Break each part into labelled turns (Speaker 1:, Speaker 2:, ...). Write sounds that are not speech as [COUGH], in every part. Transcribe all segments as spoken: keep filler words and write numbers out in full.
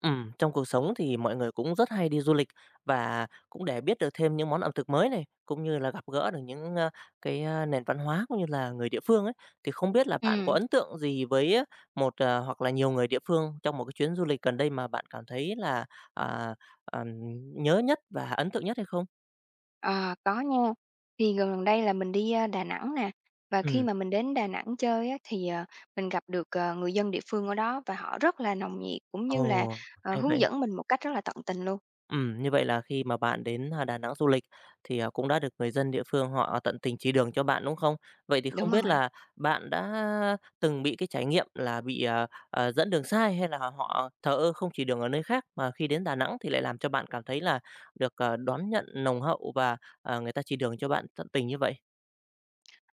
Speaker 1: Ừm, trong cuộc sống thì mọi người cũng rất hay đi du lịch và cũng để biết được thêm những món ẩm thực mới này, cũng như là gặp gỡ được những, a, cái, a, nền văn hóa cũng như là người địa phương ấy. Thì không biết là bạn có
Speaker 2: Ừm,
Speaker 1: ấn tượng gì với á một, à, hoặc là nhiều người địa phương trong một cái chuyến du lịch gần đây mà bạn cảm thấy là, à, ờm, nhớ nhất và ấn tượng nhất hay không?
Speaker 2: ờ, có nha. Thì gần gần đây là mình đi, a, Đà Nẵng nè, và khi
Speaker 1: Ừm,
Speaker 2: mà mình đến Đà Nẵng chơi á, thì, ờ, mình gặp được, ờ, người dân địa phương ở đó và họ rất là nồng nhiệt, cũng
Speaker 1: ồ,
Speaker 2: như là, ờ,
Speaker 1: hay
Speaker 2: hướng
Speaker 1: vậy.
Speaker 2: dẫn mình một cách rất là tận tình luôn.
Speaker 1: Ừm, như vậy là khi mà bạn đến, a, Đà Nẵng du lịch thì, à, cũng đã được người dân địa phương họ tận tình chỉ đường cho bạn, đúng không? Vậy thì không
Speaker 2: Đúng
Speaker 1: biết
Speaker 2: rồi.
Speaker 1: là bạn đã từng bị cái trải nghiệm là bị, ờ, ờ, dẫn đường sai hay là họ thờ ơ không chỉ đường ở nơi khác, mà khi đến Đà Nẵng thì lại làm cho bạn cảm thấy là được, ờ, đón nhận nồng hậu và, ờ, người ta chỉ đường cho bạn tận tình như vậy?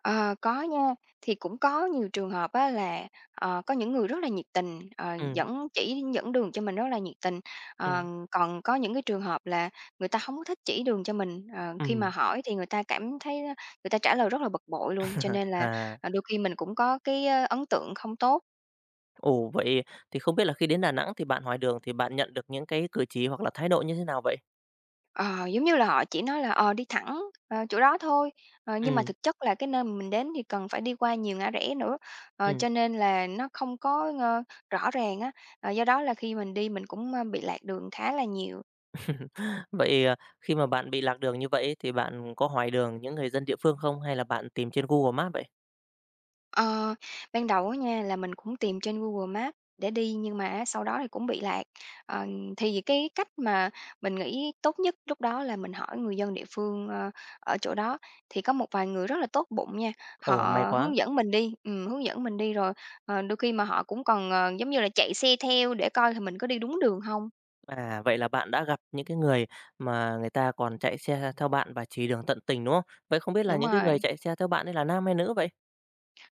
Speaker 2: Ờ, có nha, thì cũng có nhiều trường hợp á là, ờ, có những người rất là nhiệt tình, ờ,
Speaker 1: Ừ
Speaker 2: dẫn chỉ dẫn đường cho mình rất là nhiệt tình. Ờ,
Speaker 1: ừ
Speaker 2: còn có những cái trường hợp là người ta không có thích chỉ đường cho mình, ờ, khi
Speaker 1: ừ
Speaker 2: mà hỏi thì người ta cảm thấy ờ, người ta trả lời rất là bực bội luôn, cho
Speaker 1: [LAUGHS]
Speaker 2: nên là,
Speaker 1: À,
Speaker 2: ờ, đôi khi mình cũng có cái, ơ, ấn tượng không tốt.
Speaker 1: ồ, vậy thì không biết là khi đến Đà Nẵng thì bạn hỏi đường thì bạn nhận được những cái cử chỉ hoặc là thái độ như thế nào vậy?
Speaker 2: Ờ, giống như là họ chỉ nói là, ờ, đi thẳng, ờ, chỗ đó thôi, ờ, nhưng mà
Speaker 1: Ừ
Speaker 2: thực chất là cái nơi mà mình đến thì cần phải đi qua nhiều ngã rẽ nữa, ờ,
Speaker 1: ừ
Speaker 2: cho nên là nó không có, ơ, rõ ràng á. Ờ, do đó là khi mình đi mình cũng, ơ, bị lạc đường khá là nhiều.
Speaker 1: [LAUGHS] Vậy, à, khi mà bạn bị lạc đường như vậy thì bạn có hỏi đường những người dân địa phương không hay là bạn tìm trên Google Maps vậy?
Speaker 2: Ờ, ban đầu á nha, là mình cũng tìm trên Google Maps để đi, nhưng mà á sau đó thì cũng bị lạc. Ờ, thì cái cách mà mình nghĩ tốt nhất lúc đó là mình hỏi người dân địa phương, ơ, ở chỗ đó, thì có một vài người rất là tốt bụng nha,
Speaker 1: Ồ, may
Speaker 2: họ
Speaker 1: quá.
Speaker 2: hướng dẫn mình đi, ừm, hướng dẫn mình đi rồi, ờ, đôi khi mà họ cũng còn, ờ, giống như là, chạy xe theo để coi là mình có đi đúng đường không.
Speaker 1: À, vậy là bạn đã gặp những cái người mà người ta còn chạy xe theo bạn và chỉ đường tận tình, đúng không? Vậy không biết là
Speaker 2: Đúng
Speaker 1: những cái người
Speaker 2: rồi.
Speaker 1: chạy xe theo bạn ấy là nam hay nữ vậy?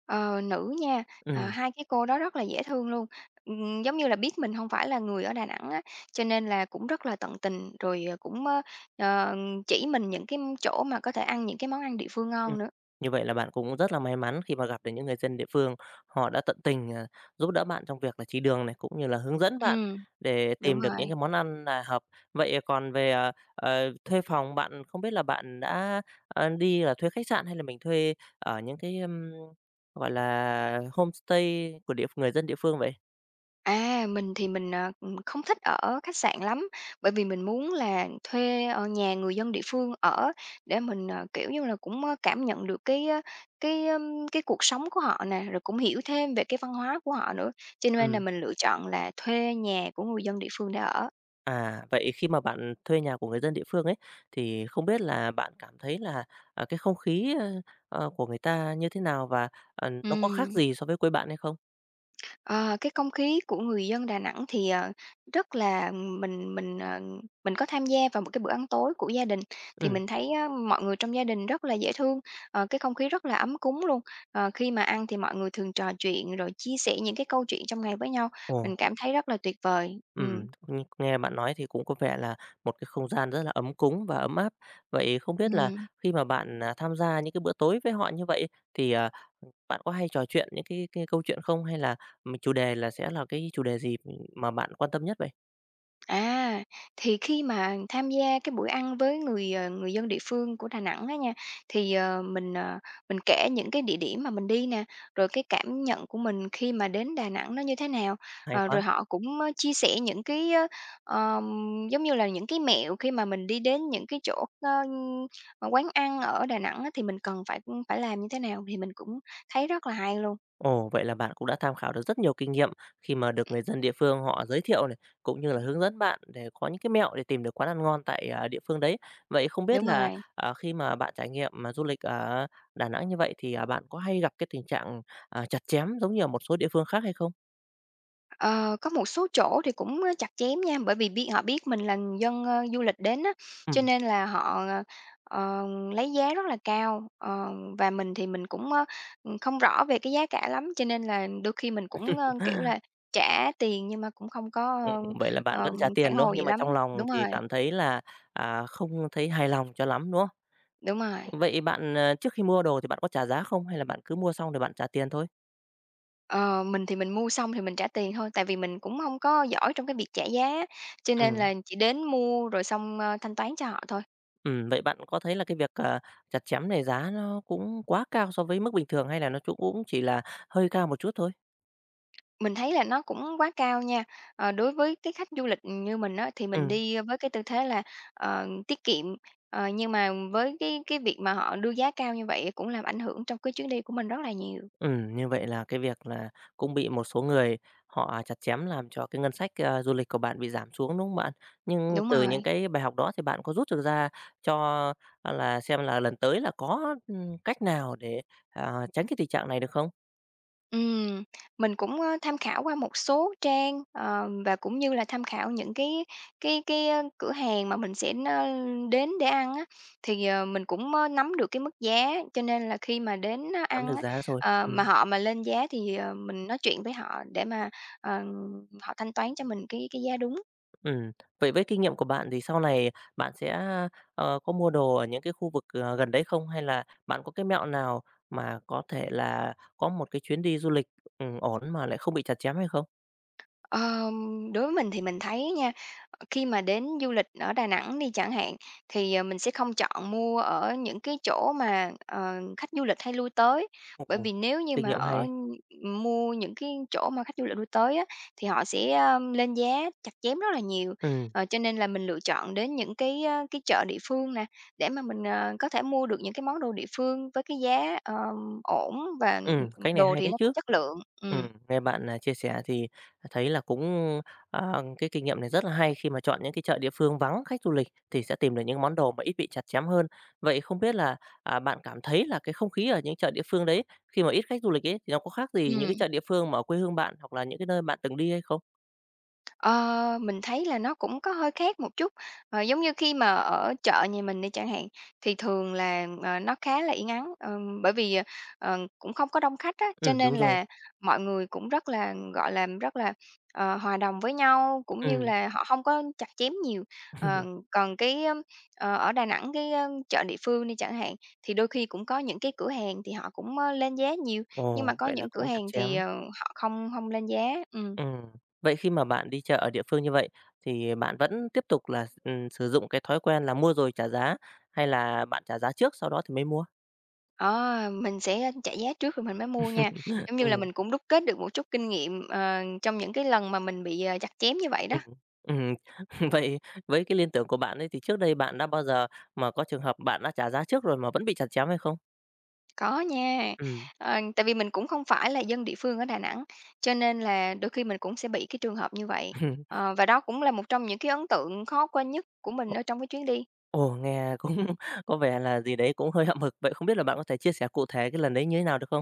Speaker 2: Ờ, nữ nha, à,
Speaker 1: Ừ.
Speaker 2: hai cái cô đó rất là dễ thương luôn. Ừm, giống như là biết mình không phải là người ở Đà Nẵng á, cho nên là cũng rất là tận tình, rồi, ờ, cũng, ơ, ờ, chỉ mình những cái chỗ mà có thể ăn những cái món ăn địa phương
Speaker 1: Ừm,
Speaker 2: ngon nữa.
Speaker 1: như vậy là bạn cũng rất là may mắn khi mà gặp được những người dân địa phương, họ đã tận tình, à, giúp đỡ bạn trong việc là chỉ đường này, cũng như là hướng dẫn bạn
Speaker 2: Ừm,
Speaker 1: để
Speaker 2: đúng
Speaker 1: tìm được những
Speaker 2: rồi.
Speaker 1: cái món ăn là hợp. Vậy còn về, ờ, ờ, thuê phòng, bạn không biết là bạn đã, ờ, đi là thuê khách sạn hay là mình thuê ở những cái, ưm, gọi là, homestay của địa người dân địa phương vậy?
Speaker 2: À, mình thì mình, ờ, ừm, không thích ở khách sạn lắm, bởi vì mình muốn là thuê, ờ, nhà người dân địa phương ở để mình, ờ, kiểu như là, cũng, ơ, cảm nhận được cái, ơ, cái, ưm, cái cuộc sống của họ nè, rồi cũng hiểu thêm về cái văn hóa của họ nữa, cho nên là
Speaker 1: Ừm.
Speaker 2: mình lựa chọn là thuê nhà của người dân địa phương để ở.
Speaker 1: À, vậy khi mà bạn thuê nhà của người dân địa phương ấy, thì không biết là bạn cảm thấy là, à, cái không khí, ơ, ờ, của người ta như thế nào và, ờ, nó có khác
Speaker 2: Ừm.
Speaker 1: gì so với quê bạn hay không?
Speaker 2: Ờ, cái không khí của người dân Đà Nẵng thì, ờ, rất là mình mình, ờ, mình có tham gia vào một cái bữa ăn tối của gia đình, thì
Speaker 1: Ừ,
Speaker 2: mình thấy á mọi người trong gia đình rất là dễ thương, ờ, cái không khí rất là ấm cúng luôn. Ờ, khi mà ăn thì mọi người thường trò chuyện rồi chia sẻ những cái câu chuyện trong ngày với nhau, mình
Speaker 1: ồ,
Speaker 2: cảm thấy rất là tuyệt vời. Ừm.
Speaker 1: ừm, nh nghe bạn nói thì cũng có vẻ là một cái không gian rất là ấm cúng và ấm áp. Vậy không biết là
Speaker 2: Ừm.
Speaker 1: khi mà bạn, à, tham gia những cái bữa tối với họ như vậy thì, à, bạn có hay trò chuyện những cái cái câu chuyện không? Hay là, ừm, chủ đề là sẽ là cái chủ đề gì, mà bạn quan tâm nhất vậy?
Speaker 2: À, thì khi mà tham gia cái buổi ăn với người, ờ, người dân địa phương của Đà Nẵng á nha, thì, ờ, mình, ờ, mình kể những cái địa điểm mà mình đi nè, rồi cái cảm nhận của mình khi mà đến Đà Nẵng nó như thế nào.
Speaker 1: Hay
Speaker 2: Ờ, rồi
Speaker 1: quá!
Speaker 2: họ cũng, ơ, chia sẻ những cái, ơ, ờm, giống như là, những cái mẹo khi mà mình đi đến những cái chỗ, ơ, ờ, mà quán ăn ở Đà Nẵng á, thì mình cần phải, phải làm như thế nào thì mình cũng thấy rất là hay luôn.
Speaker 1: Ồ, vậy là bạn cũng đã tham khảo được rất nhiều kinh nghiệm khi mà được người dân địa phương họ giới thiệu này, cũng như là hướng dẫn bạn để có những cái mẹo để tìm được quán ăn ngon tại, à, địa phương đấy. Vậy không biết
Speaker 2: Đúng
Speaker 1: là,
Speaker 2: rồi.
Speaker 1: à, khi mà bạn trải nghiệm mà du lịch ở Đà Nẵng như vậy thì, à, bạn có hay gặp cái tình trạng, à, chặt chém giống như ở một số địa phương khác hay không?
Speaker 2: Ờ, có một số chỗ thì cũng, ơ, chặt chém nha, bởi vì biết họ biết mình là dân, ơ, du lịch đến á, cho
Speaker 1: Ừm,
Speaker 2: nên là họ, ờ, ờ, lấy giá rất là cao. Ờ, và mình thì mình cũng, ơ, không rõ về cái giá cả lắm, cho nên là đôi khi mình cũng, ơ, kiểu là, trả tiền nhưng mà cũng không có,
Speaker 1: ừm,
Speaker 2: ơ,
Speaker 1: [LAUGHS] vậy là bạn
Speaker 2: ờ,
Speaker 1: vẫn trả
Speaker 2: phản
Speaker 1: tiền, đúng không?
Speaker 2: hồi gì
Speaker 1: Nhưng mà
Speaker 2: lắm.
Speaker 1: trong lòng
Speaker 2: Đúng
Speaker 1: thì
Speaker 2: rồi,
Speaker 1: cảm thấy là, à, không thấy hài lòng cho lắm, đúng không?
Speaker 2: đúng rồi.
Speaker 1: Vậy bạn, ờ, trước khi mua đồ thì bạn có trả giá không hay là bạn cứ mua xong rồi bạn trả tiền thôi?
Speaker 2: Ờ, mình thì mình mua xong thì mình trả tiền thôi, tại vì mình cũng không có giỏi trong cái việc trả giá, cho nên
Speaker 1: Ừm.
Speaker 2: là chỉ đến mua rồi xong, ơ, thanh toán cho họ thôi.
Speaker 1: Ừ vậy bạn có thấy là cái việc, ờ, chặt chém này giá nó cũng quá cao so với mức bình thường hay là nó chung cũng chỉ là hơi cao một chút thôi?
Speaker 2: Mình thấy là nó cũng quá cao nha. Ờ, đối với cái khách du lịch như mình á, thì mình
Speaker 1: Ừ,
Speaker 2: đi với cái tư thế là, ờ, tiết kiệm, ờ, nhưng mà với cái cái việc mà họ đưa giá cao như vậy cũng làm ảnh hưởng trong cái chuyến đi của mình rất là nhiều.
Speaker 1: ừ như vậy là cái việc là cũng bị một số người họ chặt chém làm cho cái ngân sách, ơ, du lịch của bạn bị giảm xuống, đúng không bạn? Nhưng
Speaker 2: Đúng
Speaker 1: từ những
Speaker 2: rồi.
Speaker 1: cái bài học đó thì bạn có rút được ra cho, à, là xem là lần tới là có, ừm, cách nào để, à, tránh cái tình trạng này được không?
Speaker 2: Ừm, mình cũng, ơ, tham khảo qua một số trang, ờ, và cũng như là tham khảo những cái cái cái, ơ, cửa hàng mà mình sẽ n đến để ăn á, thì, ờ, mình cũng, ơ, nắm được cái mức giá, cho nên là khi mà đến á
Speaker 1: Nắm
Speaker 2: ăn
Speaker 1: được
Speaker 2: á,
Speaker 1: giá rồi,
Speaker 2: ờ, mà
Speaker 1: ừm.
Speaker 2: họ mà lên giá thì, ờ, mình nói chuyện với họ để mà, ờ, họ thanh toán cho mình cái cái giá đúng.
Speaker 1: Ừm, vậy với kinh nghiệm của bạn thì sau này bạn sẽ, ờ, có mua đồ ở những cái khu vực, ờ, gần đấy không? Hay là bạn có cái mẹo nào mà có thể là có một cái chuyến đi du lịch, ừm, ổn mà lại không bị chặt chém hay không?
Speaker 2: Ờm, đối với mình thì mình thấy nha, ờ, khi mà đến du lịch ở Đà Nẵng đi chẳng hạn, thì, ờ, mình sẽ không chọn mua ở những cái chỗ mà, ờ, khách du lịch hay lui tới. Bởi
Speaker 1: Ồ,
Speaker 2: vì nếu như
Speaker 1: kinh
Speaker 2: mà
Speaker 1: nghiệm
Speaker 2: ở
Speaker 1: hay.
Speaker 2: ừm, mua những cái chỗ mà khách du lịch lui tới á, thì họ sẽ, a, lên giá chặt chém rất là nhiều.
Speaker 1: Ừm,
Speaker 2: Ờ, cho nên là mình lựa chọn đến những cái, a, cái chợ địa phương nè, để mà mình, ờ, có thể mua được những cái món đồ địa phương với cái giá, ờm, ổn và
Speaker 1: ừm, cách này
Speaker 2: đồ
Speaker 1: hay
Speaker 2: thì
Speaker 1: đấy
Speaker 2: nó cũng
Speaker 1: chứ.
Speaker 2: chất lượng.
Speaker 1: Ừm,
Speaker 2: Ừm,
Speaker 1: nghe bạn, à, chia sẻ thì thấy là cũng, ờ, cái kinh nghiệm này rất là hay khi mà chọn những cái chợ địa phương vắng khách du lịch thì sẽ tìm được những món đồ mà ít bị chặt chém hơn. Vậy không biết là, à, bạn cảm thấy là cái không khí ở những chợ địa phương đấy, khi mà ít khách du lịch ấy, thì nó có khác gì những cái
Speaker 2: ừm.
Speaker 1: chợ địa phương mà ở quê hương bạn hoặc là những cái nơi bạn từng đi hay không?
Speaker 2: Ờ, mình thấy là nó cũng có hơi khác một chút, ờ, giống như khi mà ở chợ nhà mình đi chẳng hạn, thì thường là, ờ, nó khá là yên ắng, ờm, bởi vì, ờ, cũng không có đông khách á, cho
Speaker 1: Ừm,
Speaker 2: nên
Speaker 1: đúng rồi,
Speaker 2: là mọi người cũng rất là, gọi là, rất là, ờ, hòa đồng với nhau, cũng như
Speaker 1: ừm.
Speaker 2: là họ không có chặt chém nhiều. Ờ,
Speaker 1: [LAUGHS]
Speaker 2: còn cái, ưm, ờ, ở Đà Nẵng cái, ơ, chợ địa phương đi chẳng hạn, thì đôi khi cũng có những cái cửa hàng thì họ cũng, ơ, lên giá nhiều, nhưng mà
Speaker 1: Ồ,
Speaker 2: có
Speaker 1: vậy là
Speaker 2: những cửa
Speaker 1: cũng chặt
Speaker 2: hàng thì,
Speaker 1: chém.
Speaker 2: ờ, họ không không lên giá, ừm.
Speaker 1: Ừm. Vậy khi mà bạn đi chợ ở địa phương như vậy thì bạn vẫn tiếp tục là, ừm, sử dụng cái thói quen là mua rồi trả giá hay là bạn trả giá trước sau đó thì mới mua?
Speaker 2: Ờ, mình sẽ trả giá trước rồi mình mới mua nha.
Speaker 1: [LAUGHS]
Speaker 2: Giống như là
Speaker 1: Ừm,
Speaker 2: mình cũng đúc kết được một chút kinh nghiệm, ờ, trong những cái lần mà mình bị, ờ, chặt chém như vậy đó.
Speaker 1: ừm, ừm. [LAUGHS] Vậy với cái liên tưởng của bạn ấy thì trước đây bạn đã bao giờ mà có trường hợp bạn đã trả giá trước rồi mà vẫn bị chặt chém hay không?
Speaker 2: Có nha,
Speaker 1: Ừm.
Speaker 2: ờ, tại vì mình cũng không phải là dân địa phương ở Đà Nẵng, cho nên là đôi khi mình cũng sẽ bị cái trường hợp như vậy.
Speaker 1: [LAUGHS]
Speaker 2: Ờ, và đó cũng là một trong những cái ấn tượng khó quên nhất của mình
Speaker 1: Ồ,
Speaker 2: ở trong cái chuyến đi.
Speaker 1: ồ, nghe cũng [LAUGHS] có vẻ là gì đấy cũng hơi hậm hực. Vậy không biết là bạn có thể chia sẻ cụ thể cái lần đấy như thế nào được không?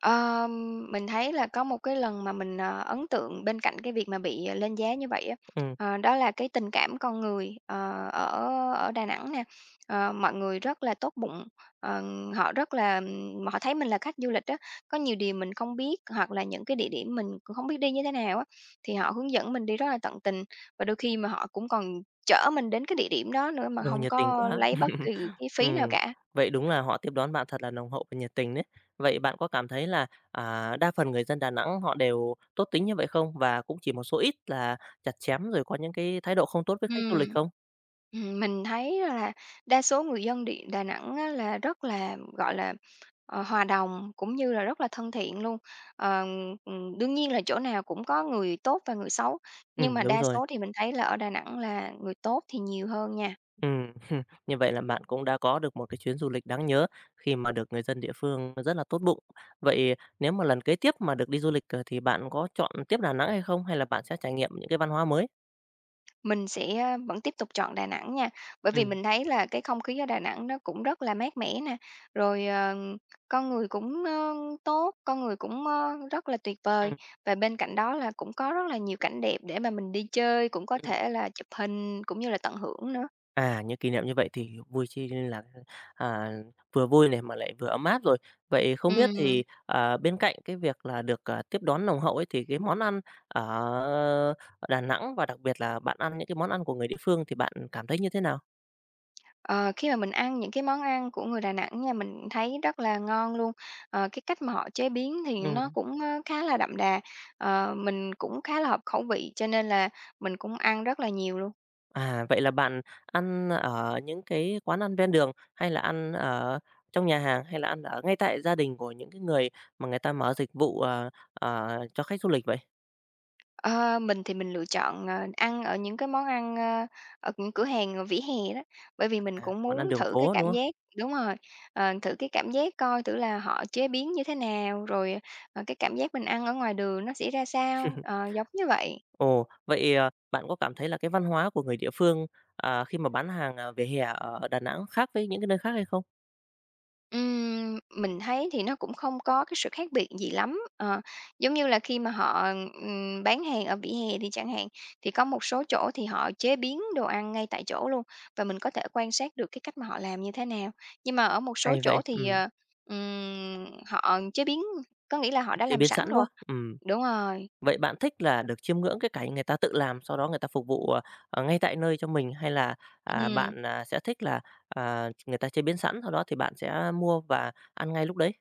Speaker 2: Ờ, mình thấy là có một cái lần mà mình, ờ, ấn tượng bên cạnh cái việc mà bị, ờ, lên giá như vậy á,
Speaker 1: Ừm,
Speaker 2: ờ, đó là cái tình cảm con người, ờ, ở ở Đà Nẵng nè. Ờ, mọi người rất là tốt bụng, ờ, họ rất là, ừm, họ thấy mình là khách du lịch á, có nhiều điều mình không biết hoặc là những cái địa điểm mình cũng hông biết đi như thế nào á, thì họ hướng dẫn mình đi rất là tận tình và đôi khi mà họ cũng còn chở mình đến cái địa điểm đó nữa mà
Speaker 1: ồ,
Speaker 2: không
Speaker 1: nhiệt tình
Speaker 2: có
Speaker 1: quá.
Speaker 2: lấy bất kỳ
Speaker 1: [LAUGHS]
Speaker 2: cái phí nào
Speaker 1: Ừm,
Speaker 2: cả.
Speaker 1: vậy đúng là họ tiếp đón bạn thật là nồng hậu và nhiệt tình đấy. Vậy bạn có cảm thấy là, à, đa phần người dân Đà Nẵng họ đều tốt tính như vậy không? Và cũng chỉ một số ít là chặt chém rồi có những cái thái độ không tốt với khách du lịch
Speaker 2: Ừm.
Speaker 1: không?
Speaker 2: Ừm, mình thấy là đa số người dân Đị Đà Nẵng á là rất là, gọi là, ờ, hòa đồng cũng như là rất là thân thiện luôn. Ờ, ừm, đương nhiên là chỗ nào cũng có người tốt và người xấu,
Speaker 1: Ừ
Speaker 2: nhưng mà
Speaker 1: đúng
Speaker 2: đa
Speaker 1: rồi.
Speaker 2: số thì mình thấy là ở Đà Nẵng là người tốt thì nhiều hơn nha.
Speaker 1: Ừm, [LAUGHS] như vậy là bạn cũng đã có được một cái chuyến du lịch đáng nhớ khi mà được người dân địa phương rất là tốt bụng. Vậy nếu mà lần kế tiếp mà được đi du lịch, ờ, thì bạn có chọn tiếp Đà Nẵng hay không? Hay là bạn sẽ trải nghiệm những cái văn hóa mới?
Speaker 2: Mình sẽ vẫn tiếp tục chọn Đà Nẵng nha, bởi vì
Speaker 1: Ừm,
Speaker 2: mình thấy là cái không khí ở Đà Nẵng nó cũng rất là mát mẻ nè, rồi, ờ, con người cũng, ơ, tốt, con người cũng, ơ, rất là tuyệt vời.
Speaker 1: ừm,
Speaker 2: Và bên cạnh đó là cũng có rất là nhiều cảnh đẹp để mà mình đi chơi, cũng có
Speaker 1: ừm.
Speaker 2: thể là chụp hình cũng như là tận hưởng nữa.
Speaker 1: À, những kỷ niệm như vậy thì vui chi nên là, à, vừa vui này mà lại vừa ấm áp rồi. Vậy không biết
Speaker 2: Ừm.
Speaker 1: thì, à, bên cạnh cái việc là được, à, tiếp đón nồng hậu ấy, thì cái món ăn ở Đà Nẵng và đặc biệt là bạn ăn những cái món ăn của người địa phương thì bạn cảm thấy như thế nào?
Speaker 2: Ờ, khi mà mình ăn những cái món ăn của người Đà Nẵng nha, mình thấy rất là ngon luôn. Ờ, cái cách mà họ chế biến thì nó
Speaker 1: Ừm.
Speaker 2: cũng, ơ, khá là đậm đà, ờ, mình cũng khá là hợp khẩu vị, cho nên là mình cũng ăn rất là nhiều luôn.
Speaker 1: À, vậy là bạn ăn ở những cái quán ăn ven đường, hay là ăn ở trong nhà hàng, hay là ăn ở ngay tại gia đình của những cái người mà người ta mở dịch vụ, ờ, ờ, cho khách du lịch vậy?
Speaker 2: Ờ, mình thì mình lựa chọn, ờ, ăn ở những cái món ăn, ơ, ở những cửa hàng, ờ, vỉa hè đó, bởi vì mình
Speaker 1: À,
Speaker 2: cũng
Speaker 1: món ăn
Speaker 2: muốn
Speaker 1: đường
Speaker 2: thử cái
Speaker 1: phố, đúng
Speaker 2: cảm
Speaker 1: không?
Speaker 2: giác. Đúng rồi, ờ, thử cái cảm giác coi thử là họ chế biến như thế nào, rồi, ờ, cái cảm giác mình ăn ở ngoài đường nó sẽ ra sao, ờ, giống như vậy.
Speaker 1: Ồ, vậy, ờ, bạn có cảm thấy là cái văn hóa của người địa phương, ờ, khi mà bán hàng, à, vỉa hè ở Đà Nẵng khác với những cái nơi khác hay không?
Speaker 2: Ừm, mình thấy thì nó cũng không có cái sự khác biệt gì lắm, ờ, giống như là khi mà họ, ừm, bán hàng ở vỉa hè đi chẳng hạn, thì có một số chỗ thì họ chế biến đồ ăn ngay tại chỗ luôn và mình có thể quan sát được cái cách mà họ làm như thế nào. Nhưng mà ở một số
Speaker 1: Hay
Speaker 2: chỗ
Speaker 1: vậy,
Speaker 2: thì,
Speaker 1: ừm,
Speaker 2: ờ, ừm, họ chế biến có nghĩa là họ đã
Speaker 1: chế
Speaker 2: làm
Speaker 1: biến
Speaker 2: sẵn
Speaker 1: sẵn
Speaker 2: rồi.
Speaker 1: đó, ừm.
Speaker 2: Đúng rồi.
Speaker 1: Vậy bạn thích là được chiêm ngưỡng cái cảnh người ta tự làm, sau đó người ta phục vụ, ờ, ờ, ngay tại nơi cho mình hay là, à,
Speaker 2: Ừm.
Speaker 1: bạn, à, sẽ thích là, à, người ta chế biến sẵn, sau đó thì bạn sẽ mua và ăn ngay lúc đấy?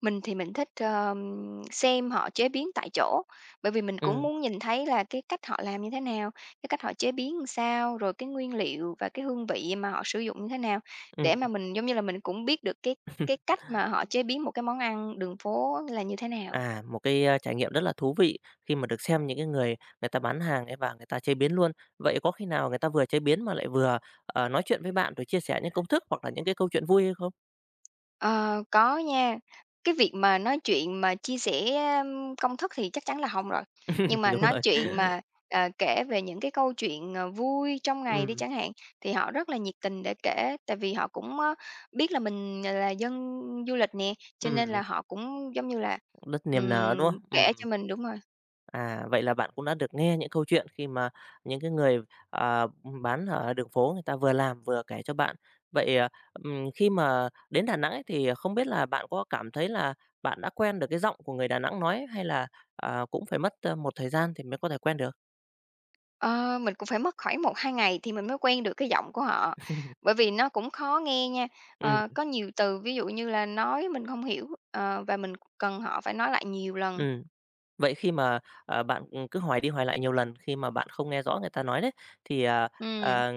Speaker 2: Mình thì mình thích, ờm, xem họ chế biến tại chỗ, bởi vì mình cũng
Speaker 1: Ừm,
Speaker 2: muốn nhìn thấy là cái cách họ làm như thế nào, cái cách họ chế biến làm sao, rồi cái nguyên liệu và cái hương vị mà họ sử dụng như thế nào, để
Speaker 1: ừm.
Speaker 2: mà mình, giống như là, mình cũng biết được cái cái
Speaker 1: [LAUGHS]
Speaker 2: cách mà họ chế biến một cái món ăn đường phố là như thế nào.
Speaker 1: À, một cái, a, trải nghiệm rất là thú vị khi mà được xem những cái người người ta bán hàng ấy và người ta chế biến luôn. Vậy có khi nào người ta vừa chế biến mà lại vừa, ờ, nói chuyện với bạn rồi chia sẻ những công thức hoặc là những cái câu chuyện vui hay không?
Speaker 2: Ờ, có nha. Cái việc mà nói chuyện mà chia sẻ, ưm, công thức thì chắc chắn là không rồi, nhưng
Speaker 1: [LAUGHS]
Speaker 2: mà
Speaker 1: Đúng
Speaker 2: nói
Speaker 1: rồi.
Speaker 2: chuyện mà, ờ, kể về những cái câu chuyện, ờ, vui trong ngày đi
Speaker 1: Ừm,
Speaker 2: chẳng hạn, thì họ rất là nhiệt tình để kể. Tại vì họ cũng, ơ, biết là mình, ờ, là dân du lịch nè, cho nên
Speaker 1: ừm,
Speaker 2: là họ cũng, giống như là,
Speaker 1: rất niềm nở, đúng
Speaker 2: ừm,
Speaker 1: không?
Speaker 2: kể
Speaker 1: Ừm.
Speaker 2: cho mình. Đúng rồi.
Speaker 1: À, vậy là bạn cũng đã được nghe những câu chuyện khi mà những cái người, à, bán ở đường phố người ta vừa làm vừa kể cho bạn. Vậy, à, ừm, khi mà đến Đà Nẵng ấy thì không biết là bạn có cảm thấy là bạn đã quen được cái giọng của người Đà Nẵng nói hay là, à, cũng phải mất, ơ, một thời gian thì mới có thể quen được?
Speaker 2: Ờ, mình cũng phải mất khoảng một hai ngày thì mình mới quen được cái giọng của họ, bởi vì nó cũng khó nghe nha.
Speaker 1: Ừm,
Speaker 2: Ờ, có nhiều từ ví dụ như là nói mình không hiểu, ờ, và mình cần họ phải nói lại nhiều lần.
Speaker 1: ừm. Vậy khi mà, ờ, bạn, cứ hỏi đi hỏi lại nhiều lần khi mà bạn không nghe rõ người ta nói đấy, thì, à,
Speaker 2: Ừm,
Speaker 1: ờ,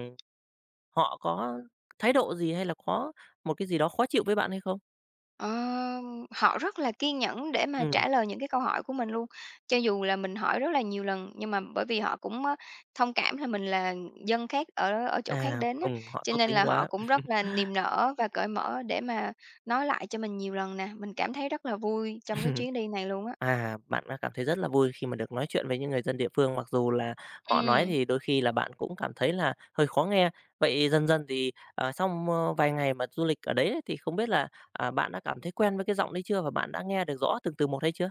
Speaker 1: họ có thái độ gì hay là có một cái gì đó khó chịu với bạn hay không?
Speaker 2: ờ, họ rất là kiên nhẫn để mà
Speaker 1: Ừm,
Speaker 2: trả lời những cái câu hỏi của mình luôn, cho dù là mình hỏi rất là nhiều lần, nhưng mà bởi vì họ cũng, ơ, thông cảm là mình là dân khác ở ở chỗ khác
Speaker 1: à,
Speaker 2: đến á,
Speaker 1: ừm, họ
Speaker 2: cho
Speaker 1: tốt
Speaker 2: nên
Speaker 1: tính
Speaker 2: là họ
Speaker 1: quá.
Speaker 2: cũng rất là niềm nở và cởi mở để mà nói lại cho mình nhiều lần nè. Mình cảm thấy rất là vui
Speaker 1: [LAUGHS]
Speaker 2: trong cái
Speaker 1: Ừm,
Speaker 2: chuyến đi này luôn á.
Speaker 1: À, bạn đã cảm thấy rất là vui khi mà được nói chuyện với những người dân địa phương, mặc dù là họ nói
Speaker 2: Ừm,
Speaker 1: thì đôi khi là bạn cũng cảm thấy là hơi khó nghe. Vậy dần dần thì, ờ, sau, ơ, vài ngày mà du lịch ở đấy ấy, thì không biết là, à, bạn đã cảm thấy quen với cái giọng đấy chưa và bạn đã nghe được rõ từng từ một hay chưa?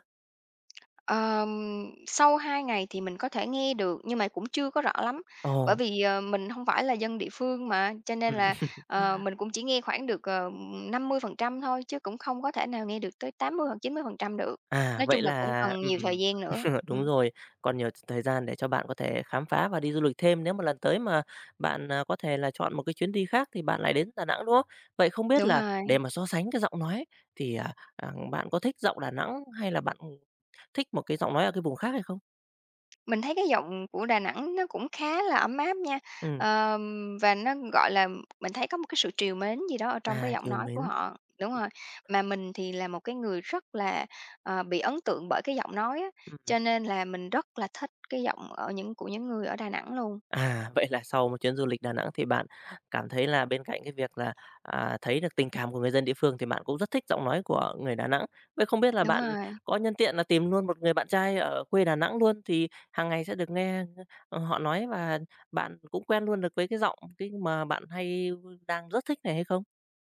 Speaker 2: ờm, sau hai ngày thì mình có thể nghe được, nhưng mà cũng chưa có rõ lắm, bởi
Speaker 1: Ồ,
Speaker 2: vì, ờ, mình không phải là dân địa phương mà, cho
Speaker 1: ừ.
Speaker 2: nên là, ờ, mình cũng chỉ nghe khoảng được, ờ, năm mươi phần trăm thôi, chứ cũng không có thể nào nghe được tới tám mươi hoặc chín mươi phần trăm được.
Speaker 1: À,
Speaker 2: Nói
Speaker 1: vậy
Speaker 2: chung là cũng
Speaker 1: là
Speaker 2: cần nhiều
Speaker 1: ừm,
Speaker 2: thời gian nữa.
Speaker 1: [LAUGHS] đúng
Speaker 2: Ừm,
Speaker 1: rồi, còn nhiều thời gian để cho bạn có thể khám phá và đi du lịch thêm. Nếu mà lần tới mà bạn, à, có thể là chọn một cái chuyến đi khác thì bạn lại đến Đà Nẵng, đúng không? Vậy không biết
Speaker 2: đúng
Speaker 1: là để
Speaker 2: rồi.
Speaker 1: mà so sánh cái giọng nói thì, à, à, bạn có thích giọng Đà Nẵng hay là bạn thích một cái giọng nói ở cái vùng khác hay không?
Speaker 2: Mình thấy cái giọng của Đà Nẵng nó cũng khá là ấm áp nha,
Speaker 1: Ừm,
Speaker 2: ờm, và nó, gọi là, mình thấy có một cái sự trìu mến gì đó ở trong cái
Speaker 1: à,
Speaker 2: giọng
Speaker 1: chiều
Speaker 2: nói của
Speaker 1: mến.
Speaker 2: họ. Đúng rồi, mà mình thì là một cái người rất là, ờ, bị ấn tượng bởi cái giọng nói á,
Speaker 1: Ừm.
Speaker 2: cho nên là mình rất là thích cái giọng ở những của những người ở Đà Nẵng luôn.
Speaker 1: À, vậy là sau một chuyến du lịch Đà Nẵng thì bạn cảm thấy là bên cạnh cái việc là, à, thấy được tình cảm của người dân địa phương thì bạn cũng rất thích giọng nói của người Đà Nẵng. Vậy không biết là
Speaker 2: Đúng
Speaker 1: bạn
Speaker 2: rồi.
Speaker 1: có nhân tiện là tìm luôn một người bạn trai ở quê Đà Nẵng luôn thì hàng ngày sẽ được nghe, ờ, họ nói và bạn cũng quen luôn được với cái giọng cái mà bạn hay đang rất thích này hay không?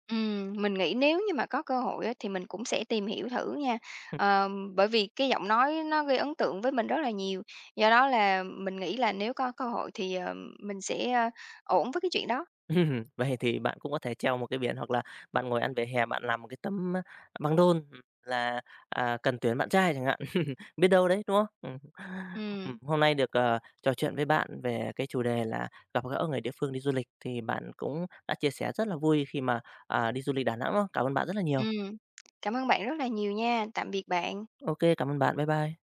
Speaker 2: Ừm, mình nghĩ nếu như mà có cơ hội á, thì mình cũng sẽ tìm hiểu thử nha.
Speaker 1: Ừ.
Speaker 2: Ờm, bởi vì cái giọng nói nó gây ấn tượng với mình rất là nhiều, do đó là mình nghĩ là nếu có cơ hội thì, ờ, mình sẽ, a, ổn với cái chuyện đó.
Speaker 1: Ừm, vậy thì bạn cũng có thể treo một cái biển hoặc là bạn ngồi ăn vỉa hè, bạn làm một cái tấm, a, băng rôn, là, à, "Cần tuyển bạn trai" chẳng hạn, [LAUGHS] biết đâu đấy, đúng không? Ừm. Ừm,
Speaker 2: Ừm,
Speaker 1: hôm nay được, ờ, trò chuyện với bạn về cái chủ đề là gặp gỡ người địa phương đi du lịch thì bạn cũng đã chia sẻ rất là vui khi mà, à, đi du lịch Đà Nẵng, đó Cảm ơn bạn rất là nhiều.
Speaker 2: ừm. Cảm ơn bạn rất là nhiều nha. Tạm biệt bạn.
Speaker 1: OK, cảm ơn bạn. Bye bye.